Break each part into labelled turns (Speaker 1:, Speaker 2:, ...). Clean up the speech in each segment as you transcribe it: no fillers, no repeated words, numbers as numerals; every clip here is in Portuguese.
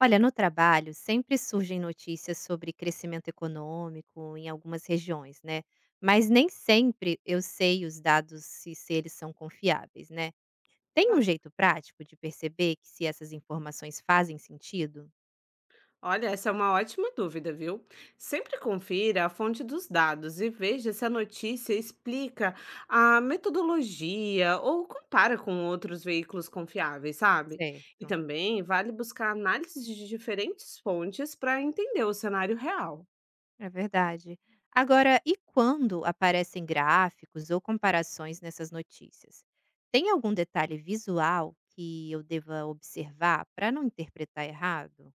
Speaker 1: Olha, no trabalho sempre surgem notícias sobre crescimento econômico em algumas regiões, né? Mas nem sempre eu sei os dados se eles são confiáveis, né? Tem um jeito prático de perceber que se essas informações fazem sentido?
Speaker 2: Olha, essa é uma ótima dúvida, viu? Sempre confira a fonte dos dados e veja se a notícia explica a metodologia ou compara com outros veículos confiáveis, sabe? E
Speaker 1: Certo,
Speaker 2: também vale buscar análises de diferentes fontes para entender o cenário real.
Speaker 1: é verdade. Agora, e quando aparecem gráficos ou comparações nessas notícias? Tem algum detalhe visual que eu deva observar para não interpretar errado?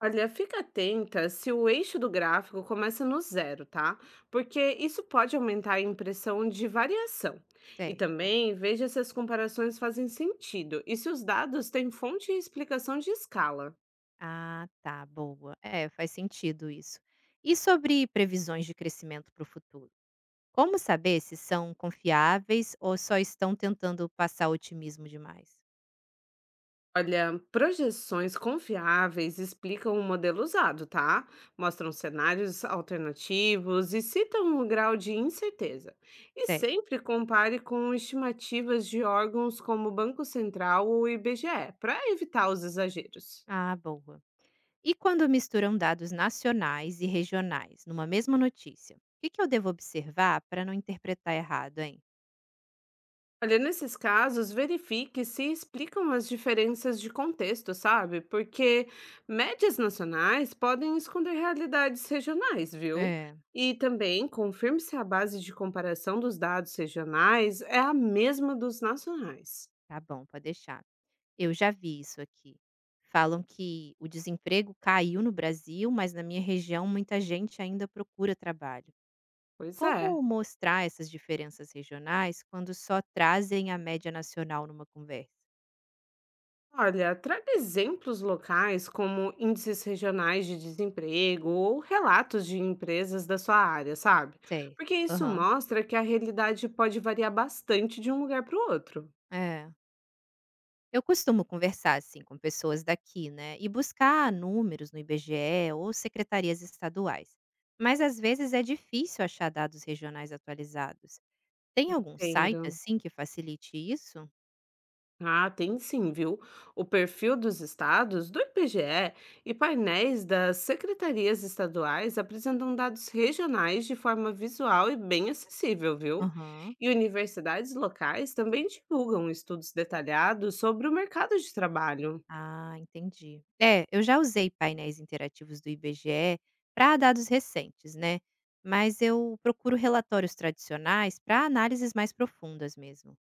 Speaker 2: Olha, fica atenta se o eixo do gráfico começa no zero, tá? Porque isso pode aumentar a impressão de variação. E
Speaker 1: Certo.
Speaker 2: também veja se as comparações fazem sentido e se os dados têm fonte e explicação de escala.
Speaker 1: Ah, tá, boa. É, faz sentido isso. E sobre previsões de crescimento para o futuro? Como saber se são confiáveis ou só estão tentando passar otimismo demais?
Speaker 2: Olha, projeções confiáveis explicam o modelo usado, tá? Mostram cenários alternativos e citam o grau de incerteza. E
Speaker 1: Certo.
Speaker 2: sempre compare com estimativas de órgãos como o Banco Central ou o IBGE, para evitar os exageros.
Speaker 1: Ah, boa. E quando misturam dados nacionais e regionais numa mesma notícia? O que eu devo observar para não interpretar errado, hein?
Speaker 2: Olha, nesses casos, verifique se explicam as diferenças de contexto, sabe? Porque médias nacionais podem esconder realidades regionais, viu?
Speaker 1: É,
Speaker 2: E também confirme se a base de comparação dos dados regionais é a mesma dos nacionais.
Speaker 1: tá bom, pode deixar. Eu já vi isso aqui. Falam que o desemprego caiu no Brasil, mas na minha região muita gente ainda procura trabalho.
Speaker 2: Pois é.
Speaker 1: Como mostrar essas diferenças regionais quando só trazem a média nacional numa conversa?
Speaker 2: Olha, traga exemplos locais como índices regionais de desemprego ou relatos de empresas da sua área, sabe? Porque
Speaker 1: Certo.
Speaker 2: isso
Speaker 1: Aham.
Speaker 2: mostra que a realidade pode variar bastante de um lugar para o outro.
Speaker 1: É. Eu costumo conversar assim com pessoas daqui, né? E buscar números no IBGE ou secretarias estaduais. Mas às vezes é difícil achar dados regionais atualizados. Tem algum site
Speaker 2: Entendo.
Speaker 1: assim que facilite isso?
Speaker 2: Ah, tem sim, viu? O perfil dos estados, do IBGE e painéis das secretarias estaduais apresentam dados regionais de forma visual e bem acessível, viu?
Speaker 1: Aham.
Speaker 2: E universidades locais também divulgam estudos detalhados sobre o mercado de trabalho.
Speaker 1: Ah, entendi. É, eu já usei painéis interativos do IBGE para dados recentes, né? Mas eu procuro relatórios tradicionais para análises mais profundas mesmo.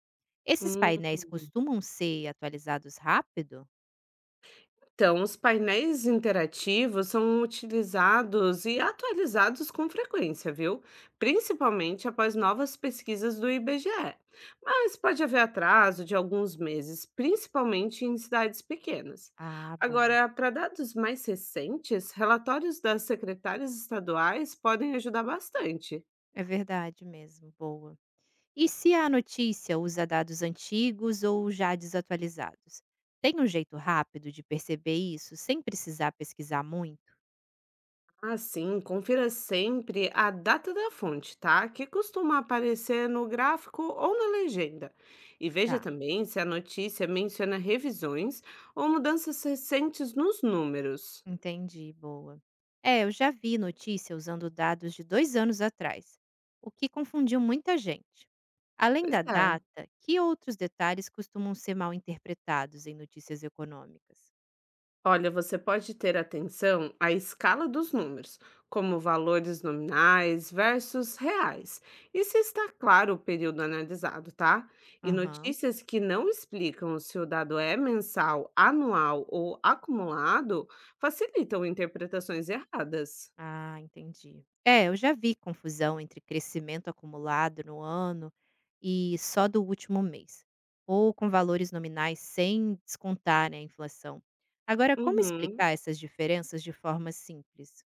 Speaker 1: Esses painéis
Speaker 2: Hum.
Speaker 1: costumam ser atualizados rápido?
Speaker 2: Então, os painéis interativos são utilizados e atualizados com frequência, viu? Principalmente após novas pesquisas do IBGE. Mas pode haver atraso de alguns meses, principalmente em cidades pequenas.
Speaker 1: Ah, bom.
Speaker 2: Agora, para dados mais recentes, relatórios das secretárias estaduais podem ajudar bastante.
Speaker 1: É verdade mesmo, boa. E se a notícia usa dados antigos ou já desatualizados? Tem um jeito rápido de perceber isso sem precisar pesquisar muito?
Speaker 2: Ah, sim, confira sempre a data da fonte, tá? Que costuma aparecer no gráfico ou na legenda. E veja
Speaker 1: Tá.
Speaker 2: também se a notícia menciona revisões ou mudanças recentes nos números.
Speaker 1: Entendi, boa. É, eu já vi notícia usando dados de dois anos atrás, o que confundiu muita gente. Além
Speaker 2: Pois
Speaker 1: da
Speaker 2: é.
Speaker 1: data, que outros detalhes costumam ser mal interpretados em notícias econômicas?
Speaker 2: Olha, você pode ter atenção à escala dos números, como valores nominais versus reais, e se está claro o período analisado, tá? E
Speaker 1: Aham.
Speaker 2: notícias que não explicam se o dado é mensal, anual ou acumulado facilitam interpretações erradas.
Speaker 1: Ah, entendi. É, eu já vi confusão entre crescimento acumulado no ano e só do último mês, ou com valores nominais sem descontar, né, a inflação. Agora, como
Speaker 2: Uhum.
Speaker 1: explicar essas diferenças de forma simples?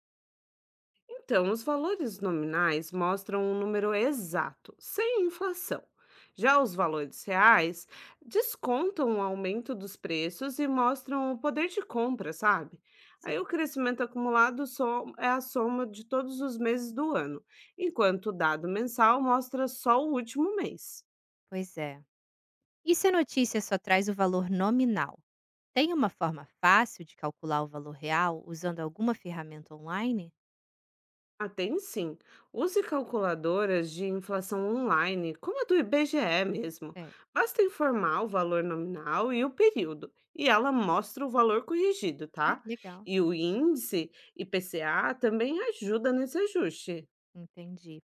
Speaker 2: Então, os valores nominais mostram um número exato, sem inflação. Já os valores reais descontam o aumento dos preços e mostram o poder de compra, sabe? Aí o
Speaker 1: Sei.
Speaker 2: crescimento acumulado só é a soma de todos os meses do ano, enquanto o dado mensal mostra só o último mês.
Speaker 1: Pois é. E se a notícia só traz o valor nominal? Tem uma forma fácil de calcular o valor real usando alguma ferramenta online?
Speaker 2: Ah, tem sim. Use calculadoras de inflação online, como a do IBGE mesmo.
Speaker 1: É,
Speaker 2: Basta informar o valor nominal e o período, e ela mostra o valor corrigido,
Speaker 1: ah,
Speaker 2: tá?
Speaker 1: que legal.
Speaker 2: E o índice IPCA também ajuda nesse ajuste.
Speaker 1: Entendi.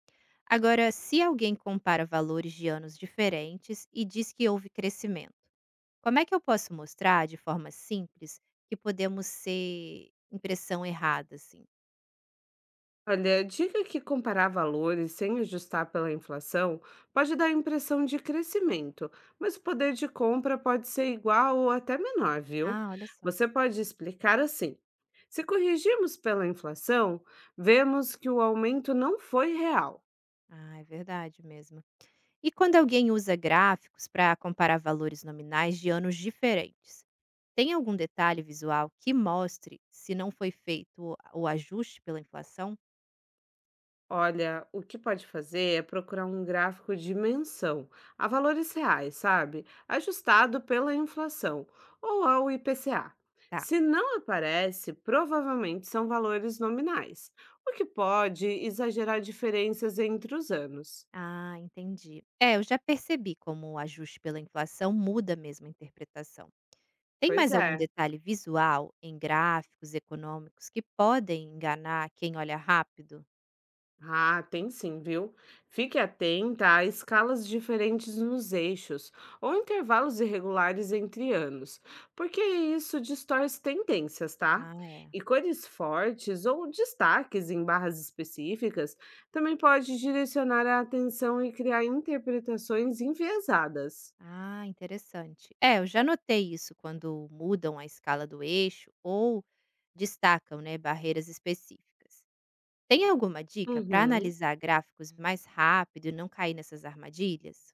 Speaker 1: Agora, se alguém compara valores de anos diferentes e diz que houve crescimento, como é que eu posso mostrar de forma simples que podemos ser impressão errada, assim?
Speaker 2: Olha, diga que comparar valores sem ajustar pela inflação pode dar a impressão de crescimento, mas o poder de compra pode ser igual ou até menor, viu?
Speaker 1: Ah, olha só.
Speaker 2: Você pode explicar assim: se corrigirmos pela inflação, vemos que o aumento não foi real.
Speaker 1: Ah, é verdade mesmo. E quando alguém usa gráficos para comparar valores nominais de anos diferentes, tem algum detalhe visual que mostre se não foi feito o ajuste pela inflação?
Speaker 2: Olha, o que pode fazer é procurar um gráfico de menção a valores reais, sabe? Ajustado pela inflação ou ao IPCA.
Speaker 1: Tá.
Speaker 2: Se não aparece, provavelmente são valores nominais, o que pode exagerar diferenças entre os anos.
Speaker 1: Ah, entendi. É, eu já percebi como o ajuste pela inflação muda mesmo a interpretação. Tem
Speaker 2: Pois
Speaker 1: mais algum
Speaker 2: é.
Speaker 1: detalhe visual em gráficos econômicos que podem enganar quem olha rápido?
Speaker 2: Ah, tem sim, viu? Fique atenta a escalas diferentes nos eixos ou intervalos irregulares entre anos, porque isso distorce tendências, tá?
Speaker 1: Ah, é.
Speaker 2: E cores fortes ou destaques em barras específicas também pode direcionar a atenção e criar interpretações enviesadas.
Speaker 1: Ah, interessante. É, eu já notei isso quando mudam a escala do eixo ou destacam, né, barreiras específicas. Tem alguma dica para
Speaker 2: Uhum.
Speaker 1: analisar gráficos mais rápido e não cair nessas armadilhas?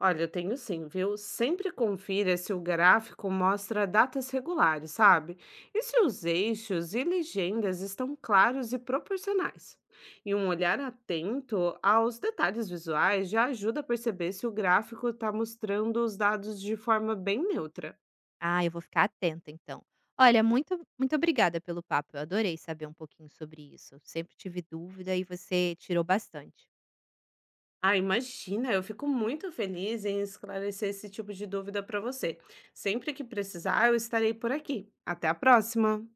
Speaker 2: Olha, eu tenho sim, viu? Sempre confira se o gráfico mostra datas regulares, sabe? E se os eixos e legendas estão claros e proporcionais. E um olhar atento aos detalhes visuais já ajuda a perceber se o gráfico está mostrando os dados de forma bem neutra.
Speaker 1: Ah, eu vou ficar atenta então. Olha, muito, muito obrigada pelo papo. Eu adorei saber um pouquinho sobre isso. Eu sempre tive dúvida e você tirou bastante.
Speaker 2: Ah, imagina, eu fico muito feliz em esclarecer esse tipo de dúvida para você. Sempre que precisar, eu estarei por aqui. Até a próxima!